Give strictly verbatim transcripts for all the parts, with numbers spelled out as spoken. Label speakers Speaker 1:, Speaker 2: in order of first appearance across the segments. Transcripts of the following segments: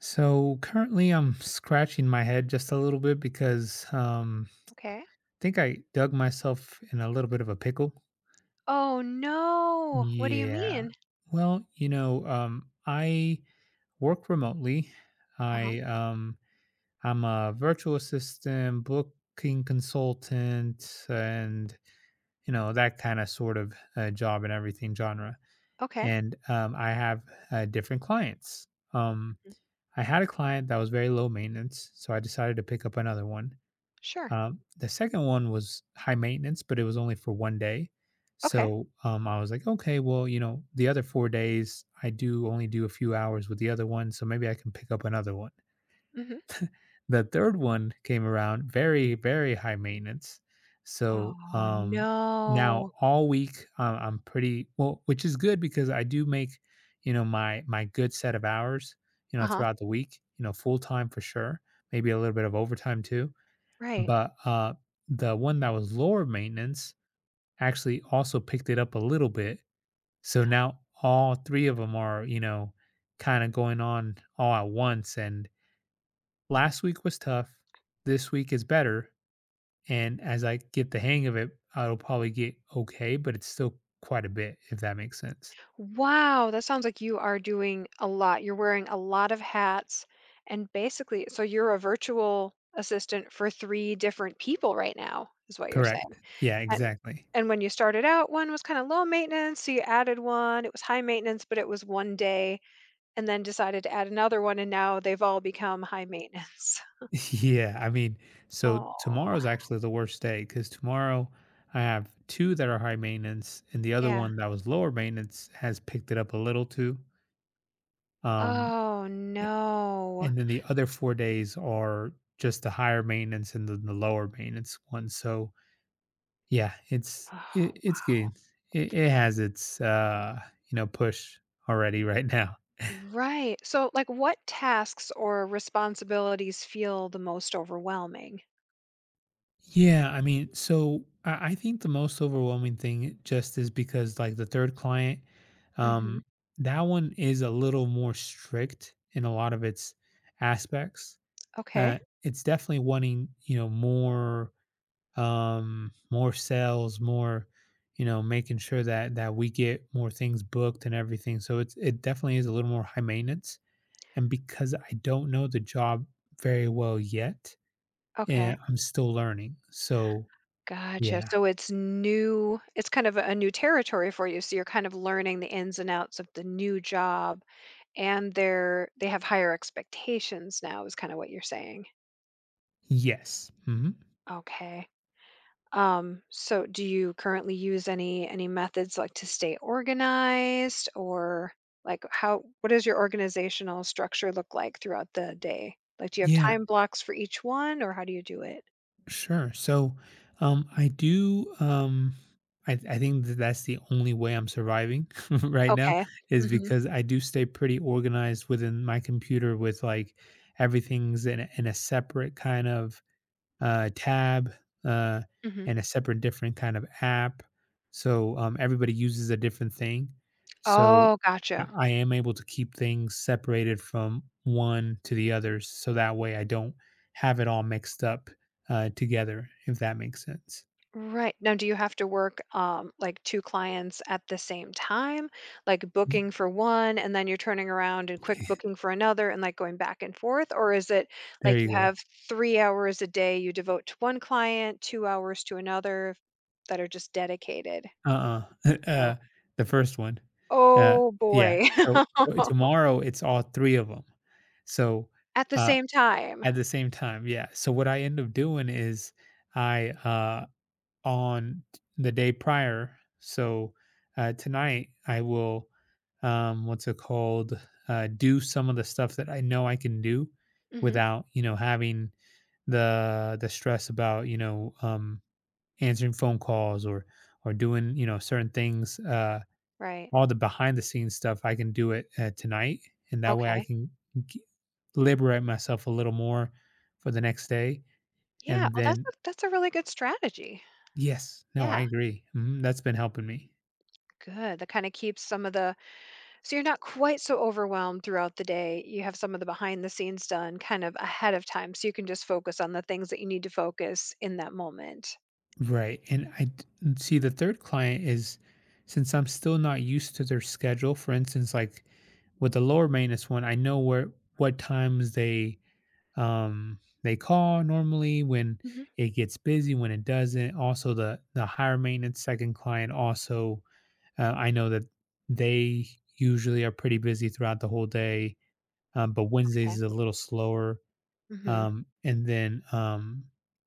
Speaker 1: So currently, I'm scratching my head just a little bit because um,
Speaker 2: Okay.
Speaker 1: I think I dug myself in a little bit of a pickle.
Speaker 2: Oh no, what do you
Speaker 1: Yeah.
Speaker 2: mean?
Speaker 1: Well, you know, um, I work remotely.
Speaker 2: Uh-huh.
Speaker 1: I um, I'm a virtual assistant, booking consultant, and you know that kind of sort of uh, job and everything genre.
Speaker 2: Okay.
Speaker 1: And um, I have uh, different clients. Um,
Speaker 2: Mhm.
Speaker 1: I had a client that was very low maintenance, so I decided to pick up another one.
Speaker 2: Sure.
Speaker 1: Um, the second one was high maintenance, but it was only for one day.
Speaker 2: Okay.
Speaker 1: So um, I was like, okay, well, you know, the other four days, I do only do a few hours with the other one. So maybe I can pick up another one.
Speaker 2: hmm
Speaker 1: The third one came around very, very high maintenance. So
Speaker 2: Oh
Speaker 1: um, Now
Speaker 2: no.
Speaker 1: all week, uh, I'm pretty well, which is good because I do make, you know, my my good set of hours, you know,
Speaker 2: Uh-huh.
Speaker 1: throughout the week, you know, full time for sure, maybe a little bit of overtime too,
Speaker 2: Right.
Speaker 1: but uh, the one that was lower maintenance actually also picked it up a little bit. So now all three of them are, you know, kind of going on all at once. And last week was tough. This week is better. And as I get the hang of it, I'll probably get okay, but it's still quite a bit, if that makes sense.
Speaker 2: Wow, that sounds like you are doing a lot. You're wearing a lot of hats. And basically, so you're a virtual assistant for three different people right now, is what you're saying.
Speaker 1: Correct. Yeah,
Speaker 2: And
Speaker 1: exactly.
Speaker 2: and when you started out, one was kind of low maintenance, so you added one. It was high maintenance, but it was one day, and then decided to add another one, and now they've all become high maintenance.
Speaker 1: Yeah, I mean, so
Speaker 2: Oh.
Speaker 1: tomorrow's actually the worst day because tomorrow I have two that are high maintenance, and the other
Speaker 2: Yeah.
Speaker 1: one that was lower maintenance has picked it up a little too. Um,
Speaker 2: Oh,
Speaker 1: a-
Speaker 2: no.
Speaker 1: and then the other four days are just the higher maintenance and then the lower maintenance one. So yeah, it's it,
Speaker 2: Oh.
Speaker 1: it's good. It, it has its uh you know push already right now.
Speaker 2: Right. So, like, what tasks or responsibilities feel the most overwhelming?
Speaker 1: Yeah, I mean, so I, I think the most overwhelming thing just is because like the third client,
Speaker 2: Mhm.
Speaker 1: um, that one is a little more strict in a lot of its aspects.
Speaker 2: Okay.
Speaker 1: Uh, it's definitely wanting, you know, more, um, more sales, more, you know, making sure that that we get more things booked and everything. So it's it definitely is a little more high maintenance. And because I don't know the job very well yet,
Speaker 2: Okay.
Speaker 1: and I'm still learning, so
Speaker 2: Gotcha.
Speaker 1: yeah.
Speaker 2: So it's new, it's kind of a new territory for you, so you're kind of learning the ins and outs of the new job, and they're they have higher expectations now is kinda what you're saying.
Speaker 1: Yes. Hmm.
Speaker 2: Okay. Um, so do you currently use any any methods like to stay organized, or like how, what does your organizational structure look like throughout the day? Like, do you have
Speaker 1: Yeah.
Speaker 2: time blocks for each one, or how do you do it?
Speaker 1: Sure. So, um, I do. Um, I I think that that's the only way I'm surviving right now
Speaker 2: Okay.
Speaker 1: is
Speaker 2: Mhm.
Speaker 1: because I do stay pretty organized within my computer with like everything's in a, in a separate kind of uh, tab uh,
Speaker 2: Mhm.
Speaker 1: and a separate different kind of app. So um, everybody uses a different thing. So
Speaker 2: Oh, gotcha.
Speaker 1: I I am able to keep things separated from one to the others. So that way I don't have it all mixed up uh, together, if that makes sense.
Speaker 2: Right. Now, do you have to work um, like two clients at the same time, like
Speaker 1: Y-
Speaker 2: booking for one and then you're turning around and quick booking for another and like going back and forth? Or is it
Speaker 1: There
Speaker 2: like you
Speaker 1: you
Speaker 2: have
Speaker 1: go.
Speaker 2: three hours a day you devote to one client, two hours to another that are just dedicated?
Speaker 1: Uh uh
Speaker 2: Oh,
Speaker 1: uh, the first one. Uh,
Speaker 2: oh
Speaker 1: yeah.
Speaker 2: boy.
Speaker 1: So, so tomorrow it's all three of them. So,
Speaker 2: At the
Speaker 1: uh,
Speaker 2: same time.
Speaker 1: At the same time, yeah. So what I end up doing is I uh on the day prior, so uh tonight I will um what's it called? Uh, do some of the stuff that I know I can do
Speaker 2: hmm
Speaker 1: without, you know, having the the stress about, you know, um answering phone calls or or doing, you know, certain things, uh
Speaker 2: Right.
Speaker 1: all the behind the scenes stuff, I can do it uh, tonight, and that way I
Speaker 2: Okay.
Speaker 1: can g- liberate myself a little more for the next day.
Speaker 2: Yeah.
Speaker 1: And
Speaker 2: Oh, that's
Speaker 1: then,
Speaker 2: a, that's a really good strategy.
Speaker 1: yes, no, I
Speaker 2: Yeah.
Speaker 1: agree. Mhm, that's been helping me.
Speaker 2: Good. That kind of keeps some of the— so you're not quite so overwhelmed throughout the day. You have some of the behind the scenes done kind of ahead of time so you can just focus on the things that you need to focus in that moment.
Speaker 1: Right. And I d- and see the third client is, since I'm still not used to their schedule, for instance, like with the lower maintenance one, I know where what times they um they call normally when
Speaker 2: hmm
Speaker 1: it gets busy, when it doesn't. Also the the higher maintenance second client also, Uh, I know that they usually are pretty busy throughout the whole day, um, but Wednesdays
Speaker 2: Okay.
Speaker 1: is a little slower.
Speaker 2: Mhm.
Speaker 1: Um, and then um,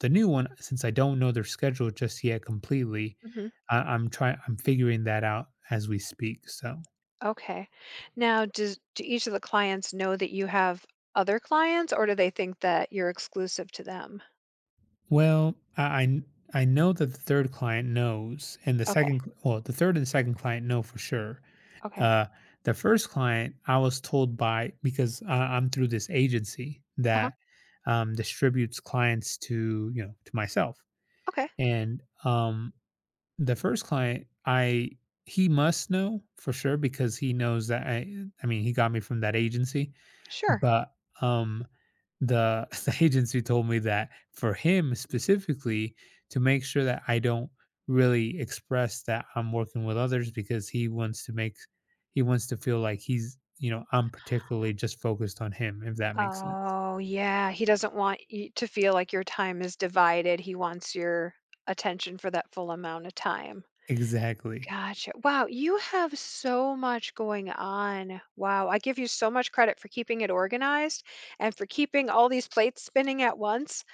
Speaker 1: The new one, since I don't know their schedule just yet completely,
Speaker 2: Mhm.
Speaker 1: I, I'm trying. I'm figuring that out as we speak. So,
Speaker 2: Okay. Now, does do each of the clients know that you have other clients, or do they think that you're exclusive to them?
Speaker 1: well, I I kn- I know that the third client knows, and the
Speaker 2: Okay.
Speaker 1: second, cl- well, the third and second client know for sure.
Speaker 2: Okay.
Speaker 1: Uh, the first client, I was told by, because I, I'm through this agency
Speaker 2: Uh-huh.
Speaker 1: that um, distributes clients to you know to myself,
Speaker 2: Okay.
Speaker 1: and um, the first client, I he must know for sure because he knows that I I mean he got me from that agency,
Speaker 2: Sure.
Speaker 1: but, um, the the agency told me that for him specifically, to make sure that I don't really express that I'm working with others because he wants to make he wants to feel like he's, you know, I'm particularly just focused on him, if that makes sense.
Speaker 2: Oh, yeah. He doesn't want you to feel like your time is divided. He wants your attention for that full amount of time.
Speaker 1: Exactly.
Speaker 2: Gotcha. Wow, you have so much going on. Wow, I give you so much credit for keeping it organized and for keeping all these plates spinning at once,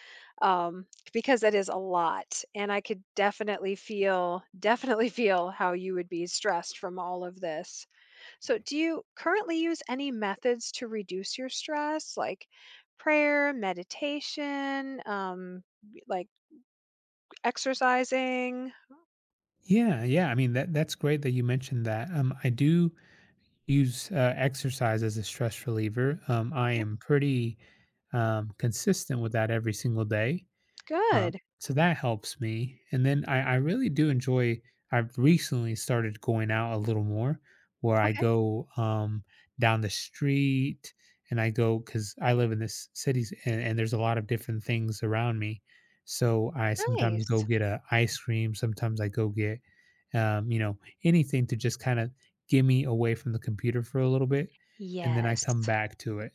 Speaker 2: um, because that is a lot. And I could definitely feel, definitely feel how you would be stressed from all of this. So, do you currently use any methods to reduce your stress, like prayer, meditation, um, like exercising?
Speaker 1: Yeah, yeah. I mean, that that's great that you mentioned that. Um, I do use uh, exercise as a stress reliever. Um, I
Speaker 2: Okay.
Speaker 1: am pretty um, consistent with that every single day. Uh,
Speaker 2: Good.
Speaker 1: so that helps me. And then I, I really do enjoy, I've recently started going out a little more where I
Speaker 2: Okay,
Speaker 1: go um, down the street and I go because I live in this city and, and there's a lot of different things around me. So I sometimes go
Speaker 2: nice.
Speaker 1: get a ice cream. Sometimes I go get, um, you know, anything to just kind of get me away from the computer for a little bit. And then I
Speaker 2: Yes.
Speaker 1: come back to it.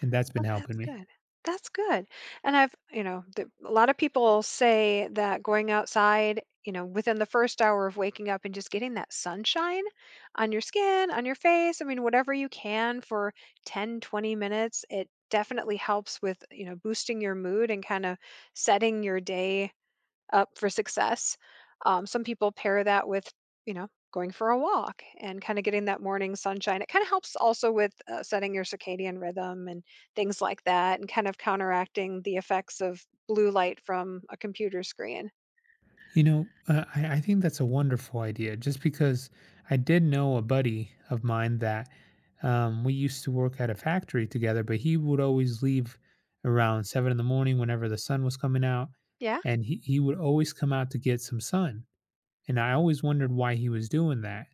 Speaker 1: And that's been
Speaker 2: Well,
Speaker 1: helping
Speaker 2: that's
Speaker 1: me.
Speaker 2: good. That's good. And I've, you know, the, a lot of people say that going outside, you know, within the first hour of waking up and just getting that sunshine on your skin, on your face, I mean, whatever you can for ten, twenty minutes. It definitely helps with, you know, boosting your mood and kind of setting your day up for success. Um, some people pair that with, you know, going for a walk and kind of getting that morning sunshine. It kind of helps also with uh, setting your circadian rhythm and things like that, and kind of counteracting the effects of blue light from a computer screen.
Speaker 1: You know, uh, I, I think that's a wonderful idea just because I did know a buddy of mine that um, we used to work at a factory together, but he would always leave around seven in the morning whenever the sun was coming out.
Speaker 2: Yeah.
Speaker 1: And he, he would always come out to get some sun. And I always wondered why he was doing that.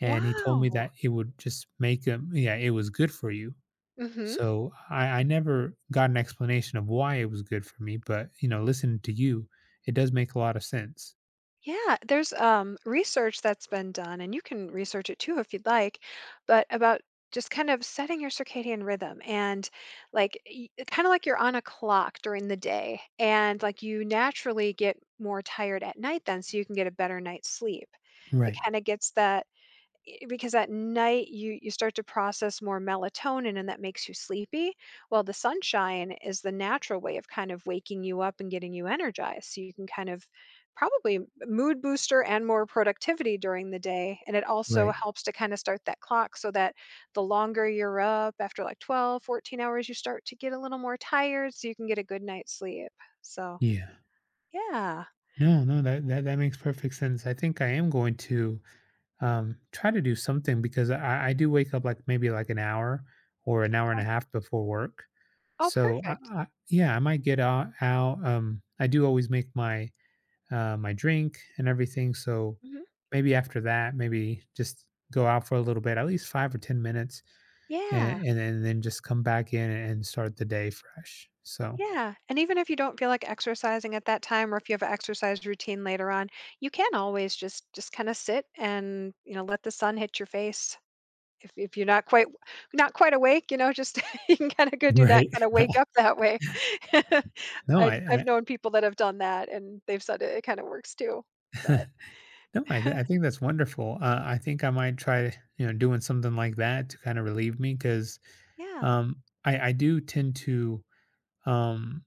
Speaker 1: And he told me
Speaker 2: Wow.
Speaker 1: that it would just make him, yeah, it was good for you.
Speaker 2: hmm
Speaker 1: So I, I never got an explanation of why it was good for me, but you know, listening to you, it does make a lot of sense.
Speaker 2: Yeah, there's um, research that's been done, and you can research it too if you'd like, but about just kind of setting your circadian rhythm, and like kind of like you're on a clock during the day, and like you naturally get more tired at night then, so you can get a better night's sleep. It
Speaker 1: Right.
Speaker 2: kind of gets that i-— because at night you you start to process more melatonin and that makes you sleepy. Well, the sunshine is the natural way of kind of waking you up and getting you energized, so you can kind of probably m-— mood booster and more productivity during the day. And it also
Speaker 1: Right.
Speaker 2: helps to kind of start that clock, so that the longer you're up after like twelve, fourteen hours, you start to get a little more tired so you can get a good night's sleep, so
Speaker 1: Yeah.
Speaker 2: yeah.
Speaker 1: No, no, that, that that makes perfect sense. I think I am going to um try to do something because I, I do wake up like maybe like an hour or an hour and a
Speaker 2: Okay.
Speaker 1: half before work,
Speaker 2: Oh,
Speaker 1: so i,
Speaker 2: perfect.
Speaker 1: I yeah, i might get out, out, um I do always make my uh my drink and everything, so
Speaker 2: Mhm.
Speaker 1: maybe after that maybe just go out for a little bit at least five or ten minutes and
Speaker 2: Yeah.
Speaker 1: and, and then just come back in and start the day fresh, so
Speaker 2: Yeah, and even if you don't feel like exercising at that time, or if you have an exercise routine later on, you can always just just kind of sit and, you know, let the sun hit your face. If if you're not quite— not quite awake, you know, just you can kind of go do that,
Speaker 1: right.
Speaker 2: kind of wake up that way.
Speaker 1: no
Speaker 2: I I've
Speaker 1: I,
Speaker 2: known people that have done that and they've said it, it kind of works too. But
Speaker 1: I No, I, th- I think that's wonderful. Uh, I think I might try, you know, doing something like that to kind of relieve me because
Speaker 2: yeah.
Speaker 1: um, I, I do tend to, um,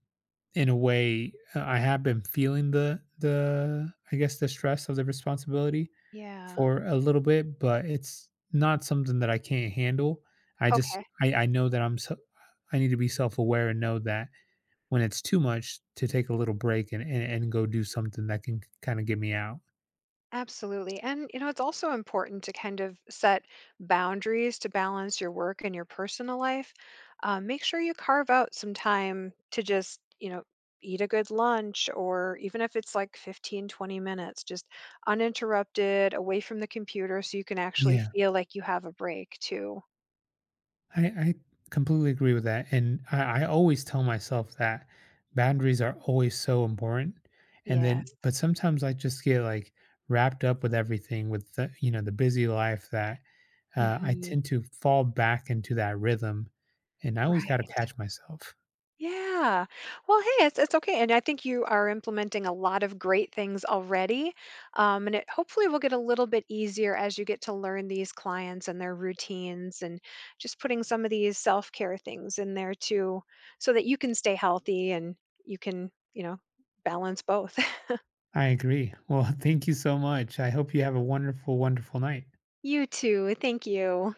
Speaker 1: in a way, uh, I have been feeling the the I guess the stress of the responsibility
Speaker 2: Yeah.
Speaker 1: for a little bit, but it's not something that I can't handle. I just
Speaker 2: Okay.
Speaker 1: I, I know that I'm so, I need to be self aware and know that when it's too much to take a little break and, and and go do something that can kind of get me out.
Speaker 2: Absolutely. And, you know, it's also important to kind of set boundaries to balance your work and your personal life. Um, make sure you carve out some time to just, you know, eat a good lunch, or even if it's like fifteen, twenty minutes, just uninterrupted, away from the computer so you can actually
Speaker 1: Yeah,
Speaker 2: feel like you have a break too.
Speaker 1: I, I completely agree with that. And I, I always tell myself that boundaries are always so important. And then,
Speaker 2: Yes.
Speaker 1: but sometimes I just get like wrapped up with everything with the, you know, the busy life that uh, I
Speaker 2: hmm
Speaker 1: tend to fall back into that rhythm. And I always got to
Speaker 2: Right.
Speaker 1: catch myself.
Speaker 2: Yeah. Well, hey, it's it's okay, and I think you are implementing a lot of great things already, um, and it hopefully will get a little bit easier as you get to learn these clients and their routines, and just putting some of these self care things in there too, so that you can stay healthy and you can, you know, balance both.
Speaker 1: I agree. Well, thank you so much. I hope you have a wonderful, wonderful night.
Speaker 2: You too. Thank you.